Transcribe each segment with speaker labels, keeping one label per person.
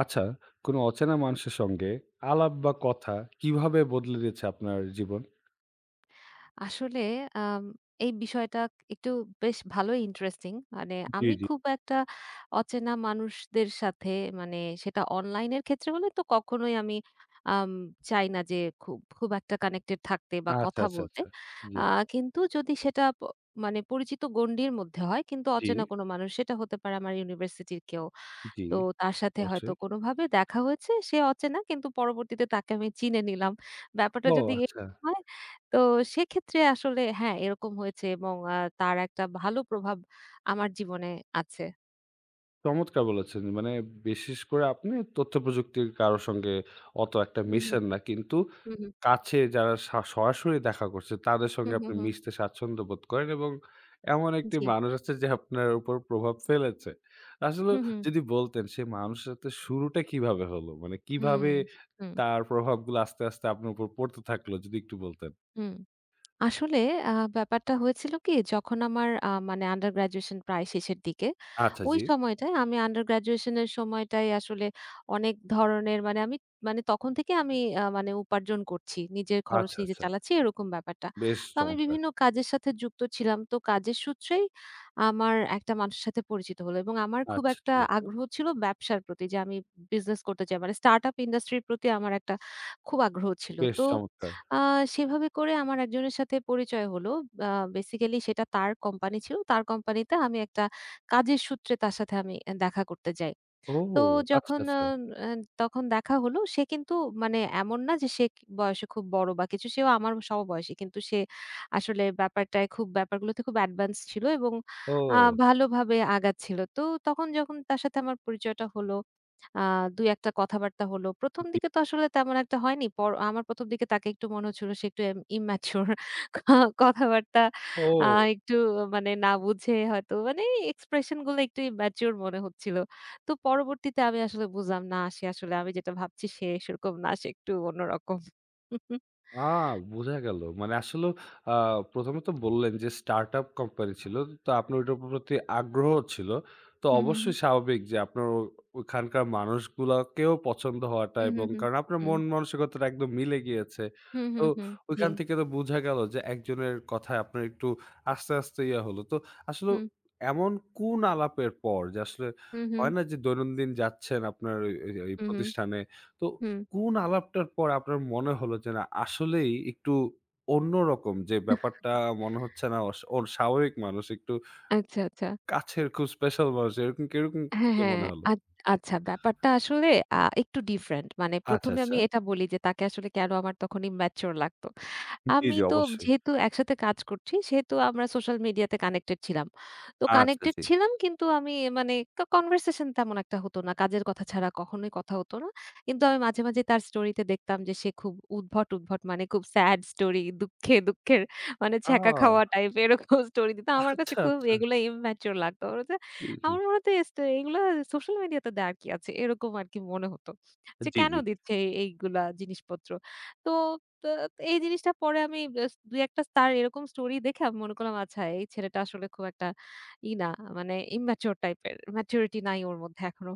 Speaker 1: আচ্ছা, কোনো অচেনা মানুষের সঙ্গে আলাপ বা কথা কিভাবে বদলে দিয়েছে আপনার জীবন?
Speaker 2: আসলে আম এই বিষয়টা একটু বেশ ভালোই ইন্টারেস্টিং। মানে
Speaker 1: জি,
Speaker 2: আমি
Speaker 1: জি।
Speaker 2: খুব একটা অচেনা মানুষদের সাথে মানে সেটা অনলাইনের ক্ষেত্রে হলে তো কখনোই আমি আম চাই না যে খুব, খুব একটা কানেক্টেড থাকতে বা
Speaker 1: আচ্ছা,
Speaker 2: কথা
Speaker 1: আচ্ছা,
Speaker 2: বলতে।
Speaker 1: আচ্ছা। জি,
Speaker 2: আ কিন্তু যদি সেটা মানে পরিচিত গণ্ডির মধ্যে হয়, কিন্তু
Speaker 1: জি,
Speaker 2: অচেনা কোনো মানুষ সেটা হতে পারে আমার ইউনিভার্সিটির কেউ।
Speaker 1: জি,
Speaker 2: তো তার সাথে হয়তো
Speaker 1: অবশ্যই।
Speaker 2: কোনোভাবে দেখা হয়েছে। সে অচেনা, কিন্তু পরবর্তীতে তাকে আমি চিনে নিলাম। ব্যাপারটা
Speaker 1: ও
Speaker 2: যদি
Speaker 1: আচ্ছা,
Speaker 2: এরকম হয় তো সেক্ষেত্রে আসলে হ্যাঁ, এরকম হয়েছে এবং তার একটা ভালো প্রভাব আমার জীবনে আছে।
Speaker 1: চমৎকার বলেছেন। মানে বিশেষ করে আপনি তথ্য প্রযুক্তির কারো সঙ্গে অত একটা
Speaker 2: হু, হু।
Speaker 1: মেশেন না। কিন্তু
Speaker 2: হু, হু।
Speaker 1: কাছে যারা সরাসরি দেখা করছে তাদের
Speaker 2: হু,
Speaker 1: সঙ্গে
Speaker 2: হু,
Speaker 1: আপনি
Speaker 2: হু।
Speaker 1: মিশতে স্বাচ্ছন্দ্য বোধ করেন এবং এমন একটি
Speaker 2: জি।
Speaker 1: মানুষ আছে যে আপনার উপর প্রভাব ফেলেছে। আসলে
Speaker 2: হু, হু।
Speaker 1: যদি বলতেন সেই মানুষের সাথে শুরুটা কিভাবে হলো? মানে
Speaker 2: হুম,
Speaker 1: কিভাবে
Speaker 2: হুম,
Speaker 1: তার প্রভাবগুলো আস্তে, আস্তে আপনার উপর পড়তে থাকলো যদি একটু বলতেন?
Speaker 2: হুম। আসলে আ ব্যাপারটা হয়েছিল কি? যখন আমার মানে আন্ডার গ্র্যাজুয়েশন প্রায় শেষের দিকে।
Speaker 1: আচ্ছা
Speaker 2: ওই
Speaker 1: জি।
Speaker 2: সময়টায় আমি আন্ডার গ্র্যাজুয়েশন এর সময়টায় আসলে অনেক ধরনের মানে আমি মানে তখন থেকে আমি মানে উপার্জন করছি। নিজের খরচ
Speaker 1: আচ্ছা,
Speaker 2: নিজে
Speaker 1: আচ্ছা।
Speaker 2: চালাচ্ছি এরকম ব্যাপারটা।
Speaker 1: বেশ
Speaker 2: তো আমি
Speaker 1: চমৎকার।
Speaker 2: বিভিন্ন কাজের সাথে যুক্ত ছিলাম। তো কাজের সূত্রেই আমার একটা মানুষের সাথে পরিচিত হলো এবং আমার খুব
Speaker 1: আচ্ছা
Speaker 2: একটা
Speaker 1: ঠিক আছে।
Speaker 2: আগ্রহ ছিল ব্যবসার প্রতি যে আমি বিজনেস করতে চাই। মানে স্টার্টআপ ইন্ডাস্ট্রির প্রতি আমার একটা খুব আগ্রহ ছিল।
Speaker 1: বেশ
Speaker 2: তো
Speaker 1: চমৎকার।
Speaker 2: আ সেভাবে করে আমার একজনের সাথে পরিচয় হলো। আ বেসিক্যালি সেটা তার কোম্পানি ছিল। তার কোম্পানিতে আমি একটা কাজের সূত্রে তার সাথে আমি দেখা করতে যাই।
Speaker 1: ও
Speaker 2: তো
Speaker 1: আচ্ছা,
Speaker 2: যখন আ
Speaker 1: আচ্ছা।
Speaker 2: আ তখন দেখা হলো, সে কিন্তু মানে এমন না যে সে বয়সে খুব বড় বা কিছু। সেও আমার সমবয়সী। কিন্তু সে আসলে ব্যাপারটায় খুব ব্যাপারগুলোতে খুব অ্যাডভান্স ছিল এবং আ
Speaker 1: ও
Speaker 2: ভালোভাবে আগাচ্ছিল। তো তখন যখন তার সাথে আমার পরিচয়টা হলো আ ২-১ টা কথাবার্তা হলো। ১ম
Speaker 1: জি।
Speaker 2: দিকে তো আসলে তেমন একটা হয়নি। আমার ১ম দিকে তাকে একটু মনে হচ্ছিল সে একটু immature। ক কথাবার্তা
Speaker 1: ও।
Speaker 2: আ একটু, মানে না বুঝে হয়তো মানে expression গুলো একটু immature মনে হচ্ছিল। তো পরবর্তীতে আমি আসলে বুঝলাম না, সে আসলে আমি যেটা ভাবছি সে সেরকম না, সে একটু অন্যরকম।
Speaker 1: আ বোঝা গেল। মানে আসলেও আ ১ম এ তো বললেন যে স্টার্টআপ কোম্পানি ছিল। তো আপনার ওইটার প্রতি আগ্রহ ছিল। তো
Speaker 2: হুম, হুম,
Speaker 1: অবশ্যই
Speaker 2: হুম।
Speaker 1: স্বাভাবিক যে আপনার ও ওখানকার মানুষগুলাকেও পছন্দ হওয়াটা এবং কারণ
Speaker 2: হুম,
Speaker 1: আপনার
Speaker 2: হুম, হুম,
Speaker 1: মন
Speaker 2: হুম,
Speaker 1: মানসিকতাটা একদম মিলে গিয়েছে।
Speaker 2: হুম,
Speaker 1: তো
Speaker 2: হুম, হুম, জি,
Speaker 1: ওইখান থেকে তো বোঝা গেল যে একজনের কথায় আপনার একটু আস্তে, আস্তে ইয়া হলো। তো আসলেও
Speaker 2: হুম,
Speaker 1: এমন কোন আলাপের পর যে আসলে
Speaker 2: হুম, হুম,
Speaker 1: হয় না যে দৈনন্দিন যাচ্ছেন আপনার ওই ওই ওই
Speaker 2: হুম, হুম,
Speaker 1: প্রতিষ্ঠানে তো
Speaker 2: হুম।
Speaker 1: কোন আলাপটার পর আপনার মনে হলো যে না আসলেই একটু অন্যরকম যে ব্যাপারটা মনে হচ্ছে না ওর স্বাভাবিক মানুষ একটু
Speaker 2: আচ্ছা, আচ্ছা।
Speaker 1: কাছের খুব স্পেশাল মানুষ এরকম কিরকম
Speaker 2: হ্যাঁ,
Speaker 1: থেকে
Speaker 2: হ্যাঁ।
Speaker 1: মনে হলো?
Speaker 2: আ আচ্ছা, ব্যাপারটা আসলে একটু ডিফারেন্ট। মানে
Speaker 1: আচ্ছা,
Speaker 2: ১ম এ
Speaker 1: আচ্ছা।
Speaker 2: আমি এটা বলি যে তাকে আসলে কেন আমার তখন immature লাগতো।
Speaker 1: জি,
Speaker 2: আমি
Speaker 1: জি
Speaker 2: তো
Speaker 1: অবশ্যই।
Speaker 2: যেহেতু একসাথে কাজ করছি, সেহেতু আমরা সোশ্যাল মিডিয়াতে কানেক্টেড ছিলাম। তো
Speaker 1: আচ্ছা,
Speaker 2: কানেক্টেড
Speaker 1: জি।
Speaker 2: ছিলাম কিন্তু আমি মানে কনভারসেশন তেমন একটা হতো না। কাজের কথা ছাড়া কখনোই কথা হতো না। কিন্তু আমি মাঝে, মাঝে তার স্টোরিতে দেখতাম যে সে খুব উদ্ভট, উদ্ভট মানে খুব স্যাড স্টোরি, দুঃখে, দুঃখের মানে
Speaker 1: আ
Speaker 2: ছ্যাঁকা খাওয়া টাইপ এরকম স্টোরি দিত। আমার কাছে
Speaker 1: আচ্ছা,
Speaker 2: খুব
Speaker 1: আচ্ছা।
Speaker 2: এগুলো ইম্যাচিউর লাগতো। আমার কাছে
Speaker 1: জি, জি।
Speaker 2: আমার মনে হতো, এগুলা সোশ্যাল মিডিয়াতে দেয়ার কি আছে? এরকম আরকি মনে হতো। যে
Speaker 1: জি,
Speaker 2: কেন
Speaker 1: জি।
Speaker 2: দিচ্ছে এইগুলা জিনিসপত্র? তো তো এই জিনিসটা পরে আমি ২-১ টা তার এরকম স্টোরি দেখে আমি মনে করলাম, আচ্ছা এই ছেলেটা আসলে খুব একটা ই না মানে immature টাইপের। Maturity নাই ওর মধ্যে এখনো।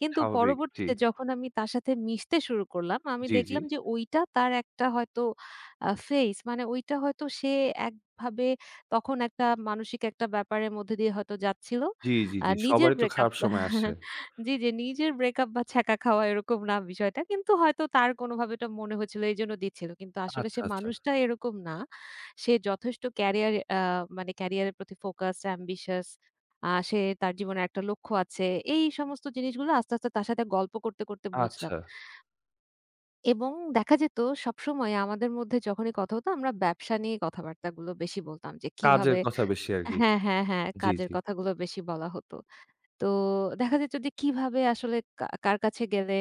Speaker 2: কিন্তু
Speaker 1: স্বাভাবিক। জি,
Speaker 2: পরবর্তীতে যখন আমি তার সাথে মিশতে শুরু করলাম, আমি
Speaker 1: জি, জি।
Speaker 2: দেখলাম যে ওইটা তার একটা হয়তো ফেইস, মানে ওইটা হয়তো সে একভাবে তখন একটা মানসিক একটা ব্যাপারের মধ্যে দিয়ে হয়তো যাচ্ছিল।
Speaker 1: জি, জি, জি।
Speaker 2: নিজের
Speaker 1: সবারই তো
Speaker 2: ব্রেকআপ।
Speaker 1: খারাপ সময় আসে।
Speaker 2: জি, জি। নিজের ব্রেকআপ বা ছ্যাঁকা খাওয়া এরকম না বিষয়টা। কিন্তু হয়তো তার কোনভাবে এটা মনে হয়েছিল এইজন্য দিচ্ছিল। কিন্তু আসলে
Speaker 1: আচ্ছা,
Speaker 2: সে
Speaker 1: আচ্ছা।
Speaker 2: মানুষটা এরকম না। সে যথেষ্ট ক্যারিয়ারের প্রতি ফোকাসড, অ্যাম্বিশিয়াস। সে, তার জীবনের একটা লক্ষ্য আছে। এই সমস্ত জিনিসগুলো আস্তে, আস্তে তার সাথে গল্প করতে, করতে বুঝলাম।
Speaker 1: আচ্ছা।
Speaker 2: এবং দেখা যেত সবসময় আমাদের মধ্যে যখনই কথা হতো আমরা ব্যবসা নিয়ে কথাবার্তাগুলো বেশি বলতাম যে
Speaker 1: কাজের
Speaker 2: কিভাবে।
Speaker 1: কথা বেশি আরকি।
Speaker 2: হ্যাঁ, হ্যাঁ, হ্যাঁ,
Speaker 1: জি,
Speaker 2: কাজের
Speaker 1: জি।
Speaker 2: কথাগুলো বেশি বলা হতো। তো দেখা যেত যে কিভাবে আসলে কার কাছে গেলে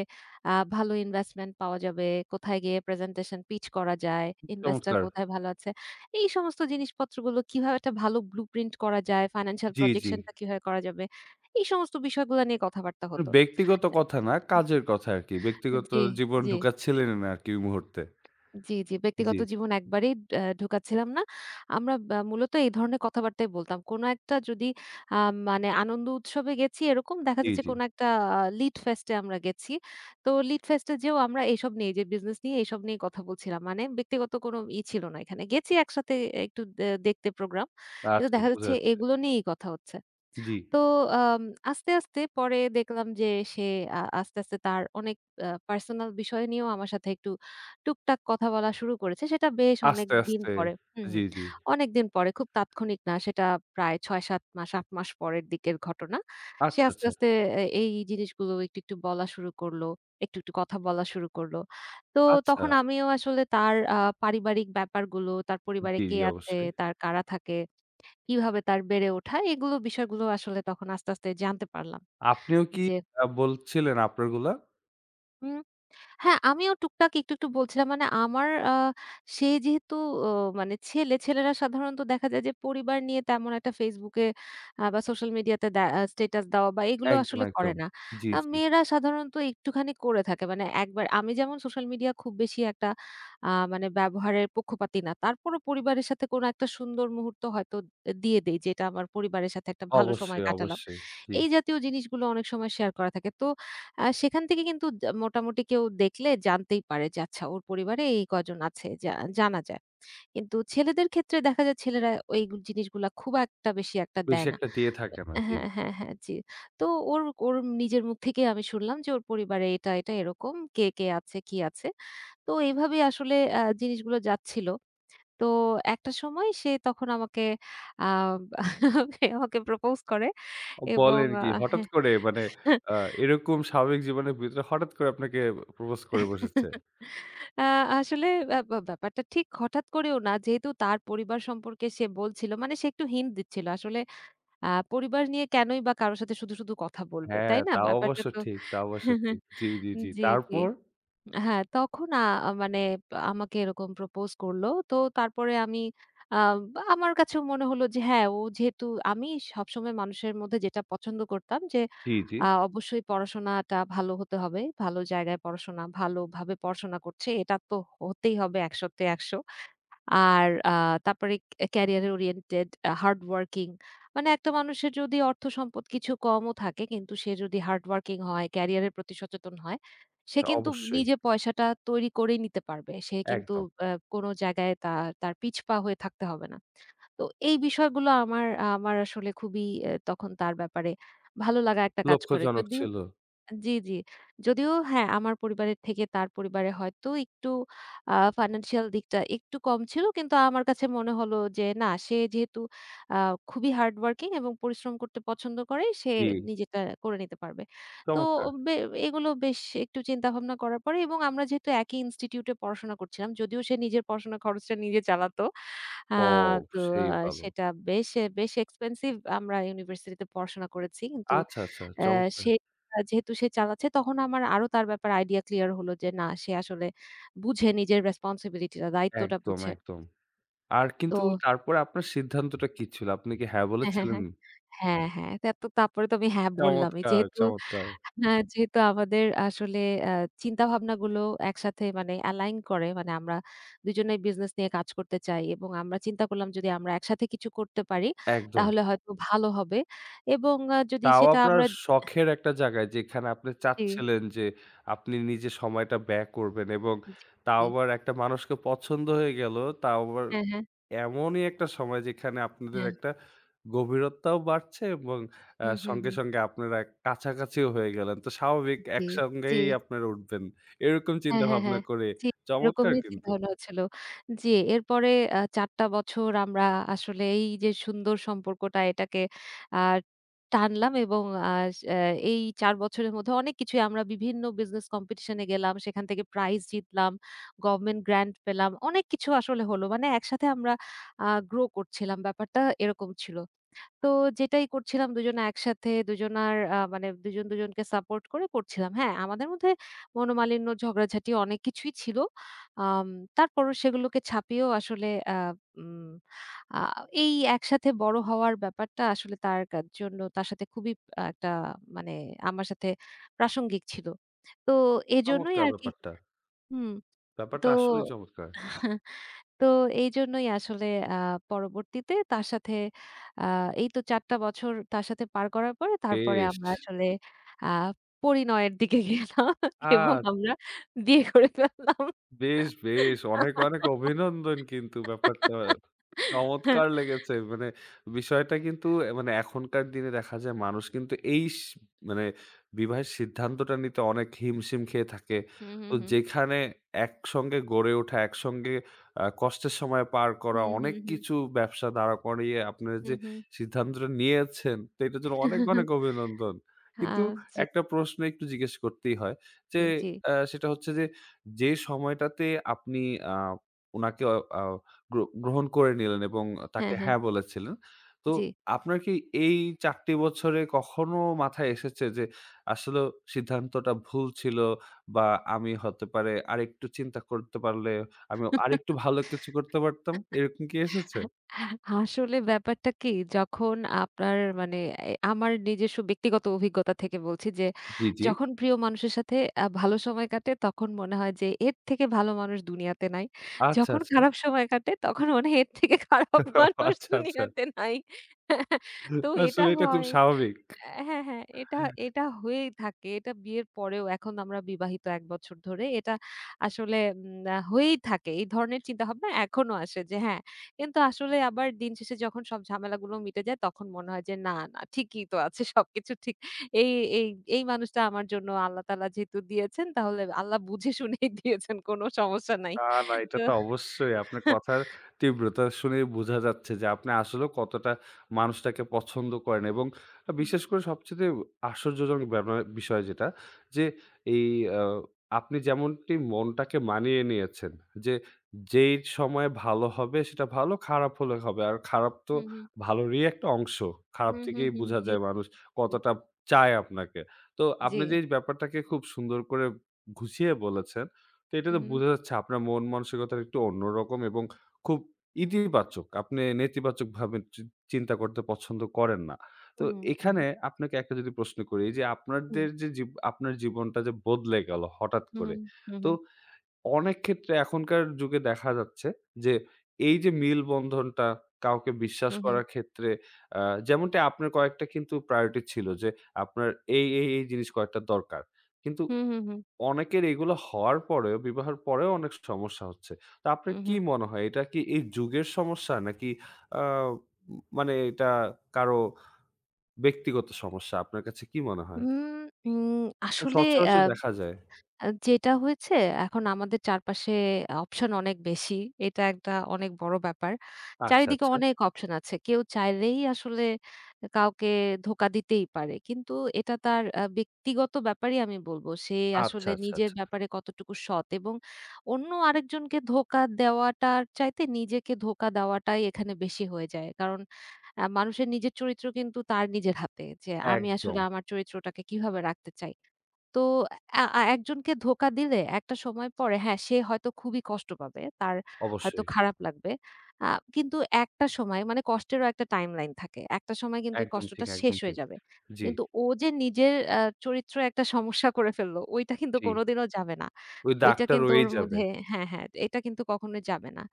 Speaker 2: ভালো ইনভেস্টমেন্ট পাওয়া যাবে, কোথায় গিয়ে প্রেজেন্টেশন পিচ করা যায়, ইনভেস্টর
Speaker 1: চমৎকার।
Speaker 2: কোথায় ভালো আছে। এই সমস্ত জিনিসপত্রগুলো কিভাবে একটা ভালো ব্লুপ্রিন্ট করা যায়, ফাইন্যান্সিয়াল
Speaker 1: জি, জি।
Speaker 2: প্রজেকশন টা কিভাবে করা যাবে। এই সমস্ত বিষয়গুলা নিয়ে কথাবার্তা হতো।
Speaker 1: ব্যক্তিগত কথা না, কাজের কথা আরকি। ব্যক্তিগত
Speaker 2: জি,
Speaker 1: জীবন
Speaker 2: জি।
Speaker 1: ঢুকাচ্ছিলেন না আরকি ওই মুহূর্তে।
Speaker 2: জি, জি।
Speaker 1: জি,
Speaker 2: ব্যক্তিগত
Speaker 1: জি,
Speaker 2: জীবন একবারেই ঢোকাচ্ছিলাম না। আমরা বা মূলত এই ধরনের কথাবার্তাই বলতাম। কোন একটা যদি আ মানে আনন্দ উৎসবে গেছি, এরকম দেখা
Speaker 1: জি,
Speaker 2: যাচ্ছে
Speaker 1: জি।
Speaker 2: কোন একটা লিড ফেস্ট এ আমরা গেছি। তো লিড ফেস্ট এ যেও আমরা এইসব নিয়ে, যে বিজনেস নিয়ে এইসব নিয়ে কথা বলছিলাম। মানে ব্যক্তিগত কোনো ছিল না এখানে। গেছি একসাথে একটু দেখতে প্রোগ্রাম। কিন্তু
Speaker 1: আচ্ছা
Speaker 2: দেখা
Speaker 1: বুঝা
Speaker 2: যাচ্ছে
Speaker 1: যাচ্ছে।
Speaker 2: এগুলো নিয়েই কথা হচ্ছে।
Speaker 1: জি।
Speaker 2: তো আম আস্তে, আস্তে পরে দেখলাম যে সে আস্তে, আস্তে তার অনেক পার্সোনাল বিষয় নিয়েও আমার সাথে একটু টুকটাক কথা বলা শুরু করেছে। সেটা বেশ
Speaker 1: আস্তে,
Speaker 2: অনেকদিন
Speaker 1: আস্তে।
Speaker 2: পরে। হুম, হুম।
Speaker 1: জি, জি।
Speaker 2: অনেকদিন পরে, খুব তাৎক্ষণিক না সেটা, প্রায় ৬-৭ মাস ৮ মাস পরের দিকের ঘটনা। সে
Speaker 1: আচ্ছা,
Speaker 2: আস্তে,
Speaker 1: আচ্ছা,
Speaker 2: আস্তে এই জিনিসগুলো একটু, একটু বলা শুরু করলো। একটু, একটু কথা বলা শুরু করলো। তো
Speaker 1: আচ্ছা।
Speaker 2: তখন আমিও আসলে তার পারিবারিক ব্যাপারগুলো, তার পরিবারে
Speaker 1: জি,
Speaker 2: কে
Speaker 1: জি
Speaker 2: আছে,
Speaker 1: অবশ্যই।
Speaker 2: তার কারা থাকে, কিভাবে তার বেড়ে ওঠা, এগুলো বিষয়গুলো আসলে তখন আস্তে, আস্তে জানতে পারলাম
Speaker 1: আপনিও কি
Speaker 2: যে।
Speaker 1: বলছিলেন আপনার গুলা?
Speaker 2: হুম। হ্যাঁ, আমিও টুকটাক একটু, একটু বলছিলাম। মানে আমার সে যেহেতু ও মানে ছেলে, ছেলেরা সাধারণত দেখা যায় যে পরিবার নিয়ে তেমন একটা Facebook এ বা সোশ্যাল মিডিয়াতে দে আ স্ট্যাটাস দেওয়া বা এগুলো
Speaker 1: একদম,
Speaker 2: আসলে করে
Speaker 1: একদম।
Speaker 2: না।
Speaker 1: জি, জি।
Speaker 2: মেয়েরা সাধারণত একটুখানি করে থাকে। মানে একবার আমি যেমন সোশ্যাল মিডিয়া খুব বেশি একটা মানে ব্যবহারের পক্ষপাতী না। তারপরও পরিবারের সাথে কোনো একটা সুন্দর মুহূর্ত হয়তো দিয়ে দেই যে, এটা আমার পরিবারের সাথে একটা ভালো সময়
Speaker 1: অবশ্যই,
Speaker 2: কাটালাম।
Speaker 1: অবশ্যই। জি।
Speaker 2: এই জাতীয় জিনিসগুলো অনেক সময় শেয়ার করা থাকে। তো সেখান থেকে কিন্তু মোটামুটি কেউ দেখলে জানতেই পারে যে আচ্ছা, ওর পরিবারে এই কজন আছে, জানা যায়। কিন্তু ছেলেদের ক্ষেত্রে দেখা যায় ছেলেরা ওই জিনিসগুলা খুব একটা বেশি একটা
Speaker 1: বেশি
Speaker 2: দেয় না।
Speaker 1: একটা দিয়ে থাকে না। জি।
Speaker 2: হ্যাঁ, হ্যাঁ, হ্যাঁ, জি। তো ওর ওর নিজের মুখ থেকেই আমি শুনলাম যে ওর পরিবারে এটা, এটা এরকম কে, কে আছে, কি আছে। তো এভাবেই আসলে জিনিসগুলো যাচ্ছিল। তো একটা সময় সে তখন আমাকে আ আমাকে প্রপোজ করে
Speaker 1: অ
Speaker 2: এবং
Speaker 1: বলেন কি? হঠাৎ
Speaker 2: হ্যাঁ।
Speaker 1: করে মানে আ এরকম স্বাভাবিক জীবনের ভিতরে হঠাৎ করে আপনাকে প্রপোজ করে বসেছে?
Speaker 2: আ আসলে ব্যা ব্যা ব্যাপারটা ঠিক হঠাৎ করেও না। যেহেতু তার পরিবার সম্পর্কে সে বলছিল মানে সে একটু হিন্ট দিচ্ছিল। আসলে পরিবার নিয়ে কেনই বা কারো সাথে শুধু, শুধু কথা বলবে।
Speaker 1: হ্যাঁ,
Speaker 2: তাই না?
Speaker 1: তা
Speaker 2: ব্যাপারটা
Speaker 1: অবশ্য
Speaker 2: তো
Speaker 1: ঠিক, তা অবশ্য ঠিক। জি, জি, জি।
Speaker 2: জি, জি।
Speaker 1: তারপর?
Speaker 2: হ্যাঁ, তখন মানে আমাকে এরকম প্রপোজ করল। তো তারপরে আমি আ আমার কাছেও মনে হলো যে হ্যাঁ, ও যেহেতু, আমি সবসময় মানুষের মধ্যে যেটা পছন্দ করতাম যে
Speaker 1: জি, জি।
Speaker 2: অবশ্যই পড়াশোনাটা ভালো হতে হবে। ভালো জায়গায় পড়াশোনা, ভালোভাবে পড়াশোনা করছে। এটা তো হতেই হবে ১০০ তে ১০০। আর তারপরে ক্যারিয়ার ওরিয়েন্টেড, হার্ড ওয়ার্কিং। মানে একটা মানুষের যদি অর্থ সম্পদ কিছু কমও থাকে কিন্তু সে যদি হার্ড ওয়ার্কিং হয়, ক্যারিয়ারের প্রতি সচেতন হয়, সে
Speaker 1: তা
Speaker 2: কিন্তু
Speaker 1: অবশ্যই।
Speaker 2: নিজে পয়সাটা তৈরি করেই নিতে পারবে। সে কিন্তু
Speaker 1: একদম।
Speaker 2: আ কোনো জায়গায় তার পিছপা হয়ে থাকতে হবে না। তো এই বিষয়গুলো, আমার আমার আসলে খুবই তখন তার ব্যাপারে ভালো লাগা একটা কাজ করে।
Speaker 1: লক্ষ্যজনক
Speaker 2: যদিও
Speaker 1: ছিল।
Speaker 2: জি, জি। যদিও হ্যাঁ, আমার পরিবারের থেকে তার পরিবারে হয়তো একটু ফাইন্যান্সিয়াল দিকটা একটু কম ছিল। কিন্তু আমার কাছে মনে হলো যে না, সে যেহেতু আ খুবই হার্ড ওয়ার্কিং এবং পরিশ্রম করতে পছন্দ করে, সে
Speaker 1: জি,
Speaker 2: নিজেটা করে নিতে পারবে। তো
Speaker 1: চমৎকার।
Speaker 2: বে এগুলো বেশ একটু চিন্তাভাবনা করার পরে, এবং আমরা যেহেতু একই ইনস্টিটিউটে পড়াশোনা করছিলাম, যদিও সে নিজের পড়াশোনার খরচটা নিজে চালাতো। আ
Speaker 1: ও
Speaker 2: তো
Speaker 1: সেই ভালো।
Speaker 2: সেটা বেশ, বেশ এক্সপেনসিভ আমরা ইউনিভার্সিটিতে পড়াশোনা করেছি। কিন্তু
Speaker 1: আচ্ছা, আচ্ছা
Speaker 2: অ্যা
Speaker 1: চমৎকার।
Speaker 2: সে যেহেতু সে চালাচ্ছে, তখন আমার আরো তার ব্যাপারে আইডিয়া ক্লিয়ার হলো যে না, সে আসলে বুঝে নিজের রেসপনসিবিলিটি টা, দায়িত্বটা
Speaker 1: একদম,
Speaker 2: বুঝে।
Speaker 1: একদম। আর
Speaker 2: তো
Speaker 1: কিন্তু তারপরে আপনার সিদ্ধান্তটা কি ছিল? আপনি কি হ্যাঁ
Speaker 2: হ্যাঁ, হ্যাঁ,
Speaker 1: বলেছিলেন?
Speaker 2: হ্যাঁ। হ্যাঁ, হ্যাঁ। তা তো তারপরে তো আমি হ্যাঁ বললামই।
Speaker 1: চমৎকার,
Speaker 2: যেহেতু
Speaker 1: চমৎকার।
Speaker 2: হ্যাঁ, যেহেতু আমাদের আসলে আ চিন্তাভাবনাগুলো একসাথে মানে অ্যালাইন করে, মানে আমরা দুজনেই বিজনেস নিয়ে কাজ করতে চাই এবং আমরা চিন্তা করলাম যদি আমরা একসাথে কিছু করতে পারি
Speaker 1: একদম।
Speaker 2: তাহলে হয়তো ভালো হবে এবং যদি
Speaker 1: তাও
Speaker 2: সেটা
Speaker 1: আপনার
Speaker 2: আমরা।
Speaker 1: শখের একটা জায়গায় যেখানে আপনি
Speaker 2: জি,
Speaker 1: চাচ্ছিলেন যে আপনি নিজে সময়টা ব্যয় করবেন এবং
Speaker 2: জি,
Speaker 1: তাও
Speaker 2: জি।
Speaker 1: আবার একটা মানুষকে পছন্দ হয়ে গেল। তাও আবার
Speaker 2: হ্যাঁ, হ্যাঁ,
Speaker 1: এমনই একটা সময় যেখানে আপনাদের
Speaker 2: হ্যাঁ।
Speaker 1: একটা গভীরতাও বাড়ছে এবং
Speaker 2: হুম, হুম,
Speaker 1: সঙ্গে,
Speaker 2: হুম।
Speaker 1: সঙ্গে আপনারা কাছাকাছিও হয়ে গেলেন। তো স্বাভাবিক
Speaker 2: জি, জি।
Speaker 1: একসঙ্গেই আপনারা উঠবেন। এরকম
Speaker 2: হ্যাঁ, হ্যাঁ,
Speaker 1: চিন্তাভাবনা
Speaker 2: হ্যাঁ।
Speaker 1: করে
Speaker 2: জি,
Speaker 1: চমৎকার
Speaker 2: এরকমই
Speaker 1: কিন্তু।
Speaker 2: চিন্তাভাবনা ছিল। জি, এরপরে ৪ টা বছর আমরা আসলে এই যে সুন্দর সম্পর্কটা, এটাকে আ টানলাম এবং আ আ এই ৪ বছরের মধ্যে অনেক কিছুই, আমরা বিভিন্ন বিজনেস কম্পিটিশন এ গেলাম। সেখান থেকে প্রাইজ জিতলাম, গভর্নমেন্ট গ্রান্ট পেলাম। অনেক কিছু আসলে হলো। মানে একসাথে আমরা গ্রো করছিলাম। ব্যাপারটা এরকম ছিল। তো যেটাই করছিলাম দুজনে একসাথে, দুজনার আ মানে দুজন দুজনকে সাপোর্ট করে করছিলাম। হ্যাঁ, আমাদের মধ্যে মনোমালিন্য, ঝগড়াঝাটি অনেক কিছুই ছিল। আম তারপরও সেগুলোকে ছাপিয়েও আসলে আ উম আ এই একসাথে বড় হওয়ার ব্যাপারটা আসলে তার জন্য তার সাথে খুবই একটা মানে আমার সাথে প্রাসঙ্গিক ছিল। তো এজন্যই
Speaker 1: চমৎকার
Speaker 2: আরকি।
Speaker 1: ব্যাপারটা।
Speaker 2: হুম, তো
Speaker 1: ব্যাপারটা আসলেই চমৎকার।
Speaker 2: তো এইজন্যই আসলে আ পরবর্তীতে তার সাথে আ এই তো ৪ টা বছর তার সাথে পার করার পরে তারপরে
Speaker 1: বেশ!
Speaker 2: আমরা আসলে আ পরিণয়ের দিকে গেলাম
Speaker 1: আ
Speaker 2: এবং আমরা বিয়ে করে ফেললাম।
Speaker 1: বেশ, বেশ। অনেক, অনেক অভিনন্দন কিন্তু ব্যাপারটা। চমৎকার লেগেছে। মানে বিষয়টা কিন্তু মানে এখনকার দিনে দেখা যায় মানুষ কিন্তু এই মানে বিবাহের সিদ্ধান্তটা নিতে অনেক হিমশিম খেয়ে থাকে।
Speaker 2: হুম, হুম,
Speaker 1: তো
Speaker 2: হুম।
Speaker 1: যেখানে একসঙ্গে গড়ে ওঠা, একসঙ্গে কষ্টের সময় পার করা,
Speaker 2: হুম,
Speaker 1: অনেক
Speaker 2: হুম, হুম।
Speaker 1: কিছু ব্যবসা দাঁড়া করিয়ে আপনারা যে
Speaker 2: হুম, হুম।
Speaker 1: সিদ্ধান্তটা নিয়েছেন, তো এটার জন্য অনেক, অনেক অভিনন্দন।
Speaker 2: আ
Speaker 1: কিন্তু
Speaker 2: জি,
Speaker 1: একটা প্রশ্ন একটু জিজ্ঞেস করতেই হয় যে,
Speaker 2: জি, জি।
Speaker 1: সেটা হচ্ছে যে, যে সময়টাতে আপনি আ উনাকে অ আ গ্র গ্রহণ করে নিলেন এবং তাকে
Speaker 2: হ্যাঁ, হ্যাঁ।
Speaker 1: হ্যাঁ বলেছিলেন। তো
Speaker 2: জি।
Speaker 1: আপনার কি এই ৪ টি বছরে কখনো মাথায় এসেছে যে আসলে সিদ্ধান্তটা ভুল ছিল বা আমি হতে পারে আরেকটু চিন্তা করতে পারলে আমি আরেকটু ভালো কিছু করতে পারতাম? এরকম কি এসেছে?
Speaker 2: আসলে ব্যাপারটা কি, যখন আপনার মানে আমার নিজস্ব ব্যক্তিগত অভিজ্ঞতা থেকে বলছি যে,
Speaker 1: জি, জি।
Speaker 2: যখন প্রিয় মানুষের সাথে ভালো সময় কাটে তখন মনে হয় যে এর থেকে ভালো মানুষ দুনিয়াতে নাই।
Speaker 1: আচ্ছা,
Speaker 2: যখন
Speaker 1: আচ্ছা।
Speaker 2: খারাপ সময় কাটে তখন মনে হয় এর থেকে খারাপ মানুষ
Speaker 1: আচ্ছা, আচ্ছা।
Speaker 2: দুনিয়াতে নাই। তো এটা
Speaker 1: আসলে এটা খুব
Speaker 2: হয়।
Speaker 1: স্বাভাবিক।
Speaker 2: হ্যাঁ, হ্যাঁ। এটা এটা হয়েই থাকে। এটা বিয়ের পরেও এখন আমরা বিবাহিত ১ বছর ধরে। এটা আসলে উম আ হয়েই থাকে। এই ধরনের চিন্তাভাবনা এখনো আসে যে হ্যাঁ, কিন্তু আসলে আবার দিন শেষে যখন সব ঝামেলাগুলো মিটে যায় তখন মনে হয় যে না, না, ঠিকই তো আছে, সবকিছু ঠিক। এই এই এই মানুষটা আমার জন্য আল্লাহ তাআলা যেহেতু দিয়েছেন, তাহলে আল্লাহ বুঝে শুনেই দিয়েছেন, কোনো সমস্যা নাই।
Speaker 1: না, না এটা
Speaker 2: তো
Speaker 1: তো অবশ্যই। আপনার কথার তীব্রতা শুনেই বোঝা যাচ্ছে যে আপনি আসলেও কতটা মানুষটাকে পছন্দ করেন এবং
Speaker 2: হু,
Speaker 1: বিশেষ করে সবচাইতে আশ্চর্যজনক ব্যাপার বিষয় যেটা যে এই আ আপনি যেমনটি মনটাকে মানিয়ে নিয়েছেন যে, যেই সময় ভালো হবে সেটা ভালো, খারাপ হলে হবে। আর খারাপ তো
Speaker 2: হু,
Speaker 1: ভালোরই একটা অংশ। খারাপ
Speaker 2: হু, হু,
Speaker 1: থেকেই
Speaker 2: হু,
Speaker 1: বোঝা
Speaker 2: জি,
Speaker 1: যায় মানুষ
Speaker 2: জি,
Speaker 1: কতটা চায় আপনাকে। তো
Speaker 2: জি।
Speaker 1: আপনি যে এই ব্যাপারটাকে খুব সুন্দর করে গুছিয়ে বলেছেন তো এটা
Speaker 2: হু,
Speaker 1: তো
Speaker 2: হু,
Speaker 1: বোঝা যাচ্ছে আপনার মন মানসিকতা একটু অন্যরকম এবং খুব ইতিবাচক। আপনি নেতিবাচকভাবে চিন্তা করতে পছন্দ করেন না। তো
Speaker 2: হুম, হুম,
Speaker 1: এখানে আপনাকে একটা যদি প্রশ্ন করি এই যে
Speaker 2: হুম,
Speaker 1: আপনাদের যে আপনার জীবনটা যে বদলে গেল হঠাৎ
Speaker 2: হুম,
Speaker 1: করে।
Speaker 2: হুম,
Speaker 1: তো
Speaker 2: হুম,
Speaker 1: অনেক ক্ষেত্রে এখনকার যুগে দেখা যাচ্ছে যে এই যে মেলবন্ধনটা কাউকে বিশ্বাস
Speaker 2: হুম, হুম।
Speaker 1: করার ক্ষেত্রে আ যেমনটি আপনার কয়েকটা কিন্তু প্রায়োরিটি ছিল যে আপনার এই জিনিস কয়েকটা দরকার। কিন্তু
Speaker 2: হুম, হুম, হুম,
Speaker 1: অনেকের এগুলো হওয়ার পরেও, বিবাহের পরেও অনেক সমস্যা হচ্ছে। তো আপনার
Speaker 2: হুম,
Speaker 1: কি
Speaker 2: হুম।
Speaker 1: মনে হয় এটা কি এই যুগের সমস্যা? নাকি আ উম মানে এটা কারো ব্যক্তিগত সমস্যা? আপনার কাছে কি মনে হয়?
Speaker 2: উম উম আসলে আ
Speaker 1: সচরাচর দেখা যায়।
Speaker 2: আ যেটা হয়েছে, এখন আমাদের চারপাশে অপশন অনেক বেশি। এটা একটা অনেক বড় ব্যাপার।
Speaker 1: আচ্ছা,
Speaker 2: চারিদিকে
Speaker 1: আচ্ছা।
Speaker 2: অনেক অপশন আছে। কেউ চাইলেই আসলে কাউকে ধোকা দিতেই পারে। কিন্তু এটা তার ব্যক্তিগত ব্যাপারই আমি বলব। সে
Speaker 1: আচ্ছা,
Speaker 2: আসলে
Speaker 1: আচ্ছা,
Speaker 2: নিজের
Speaker 1: আচ্ছা।
Speaker 2: ব্যাপারে কতটুকু সৎ, এবং অন্য আরেকজনকে ধোকা দেওয়াটার চাইতে নিজেকে ধোকা দেওয়াটাই এখানে বেশি হয়ে যায়। কারণ মানুষের নিজের চরিত্র কিন্তু তার নিজের হাতে, যে আমি
Speaker 1: একদম।
Speaker 2: আসলে আমার চরিত্রটাকে কিভাবে রাখতে চাই। তো আ আ একজনকে ধোকা দিলে একটা সময় পরে হ্যাঁ, সে হয়তো খুবই কষ্ট পাবে। তার হয়তো
Speaker 1: অবশ্যই।
Speaker 2: খারাপ লাগবে। আ কিন্তু একটা সময় মানে কষ্টেরও একটা টাইমলাইন থাকে। একটা সময় কিন্তু ওই
Speaker 1: একদম ঠিক,
Speaker 2: কষ্টটা শেষ
Speaker 1: একদম
Speaker 2: হয়ে
Speaker 1: ঠিক।
Speaker 2: যাবে।
Speaker 1: জি,
Speaker 2: কিন্তু ও যে নিজের চরিত্রে একটা সমস্যা করে ফেললো, ওইটা কিন্তু
Speaker 1: জি।
Speaker 2: কোনোদিনও যাবে না।
Speaker 1: ওই
Speaker 2: ওইটা
Speaker 1: দাগটা
Speaker 2: কিন্তু ওর
Speaker 1: রয়েই যাবে।
Speaker 2: মধ্যে হ্যাঁ, হ্যাঁ, এটা কিন্তু কখনোই যাবে না।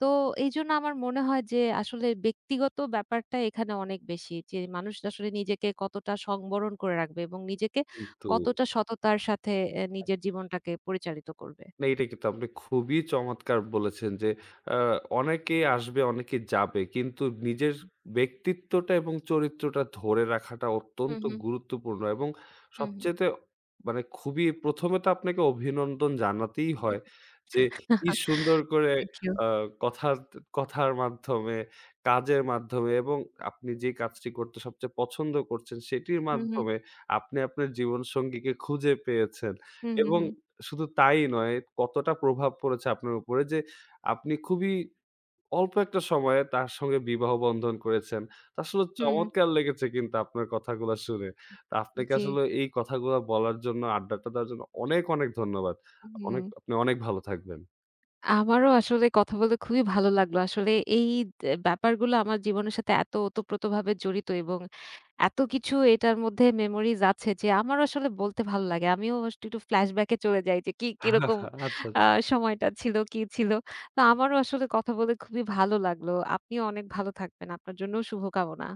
Speaker 2: তো এইজন্য আমার মনে হয় যে আসলে ব্যক্তিগত ব্যাপারটা এখানে অনেক বেশি। যে মানুষ আসলে নিজেকে কতটা সংবরণ করে রাখবে এবং নিজেকে
Speaker 1: কিন্তু
Speaker 2: কতটা সততার সাথে নিজের জীবনটাকে পরিচালিত করবে।
Speaker 1: না, এটা কিন্তু আপনি খুবই চমৎকার বলেছেন যে আ অনেকে আসবে, অনেকে যাবে। কিন্তু নিজের ব্যক্তিত্বটা এবং চরিত্রটা ধরে রাখাটা
Speaker 2: হুম,
Speaker 1: অত্যন্ত
Speaker 2: হুম,
Speaker 1: গুরুত্বপূর্ণ এবং
Speaker 2: হুম, হুম।
Speaker 1: সবচাইতে মানে খুবই ১ম এ তো আপনাকে অভিনন্দন জানাতেই হয় যে কি সুন্দর করে
Speaker 2: থ্যাংক ইউ।
Speaker 1: আ কথার কথার মাধ্যমে, কাজের মাধ্যমে এবং আপনি যে কাজটি করতে সবচেয়ে পছন্দ করছেন সেটির
Speaker 2: হুম, হুম,
Speaker 1: মাধ্যমে আপনি আপনার জীবনসঙ্গীকে খুঁজে পেয়েছেন
Speaker 2: হুম,
Speaker 1: এবং
Speaker 2: হুম,
Speaker 1: শুধু তাই নয়, কতটা প্রভাব পড়েছে আপনার উপরে যে আপনি খুবই অল্প একটা সময়ে তার সঙ্গে বিবাহ বন্ধন করেছেন। তো আসলে
Speaker 2: হুম, হুম,
Speaker 1: চমৎকার লেগেছে কিন্তু আপনার কথাগুলা শুনে। তো আপনাকে
Speaker 2: জি,
Speaker 1: আসলে এই কথাগুলা বলার জন্য, আড্ডাটা দেওয়ার জন্য অনেক, অনেক ধন্যবাদ। অনেক
Speaker 2: হুম।
Speaker 1: আপনি অনেক ভালো থাকবেন।
Speaker 2: আমারও আসলে কথা বলতে খুবই ভালো লাগলো। আসলে এই ব্যাপারগুলো আমার জীবনের সাথে এত ওতপ্রোতভাবে জড়িত এবং এত কিছু এটার মধ্যে মেমোরিজ আছে যে আমার আসলে বলতে ভালো লাগে। আমিও আসলে একটু ফ্ল্যাশব্যাক এ চলে যাই যে কিরকম
Speaker 1: আচ্ছা।
Speaker 2: আ সময়টা ছিল, কি ছিল। তো আমারও আসলে কথা বলে খুবই ভালো লাগলো। আপনিও অনেক ভালো থাকবেন। আপনার জন্যও শুভকামনা।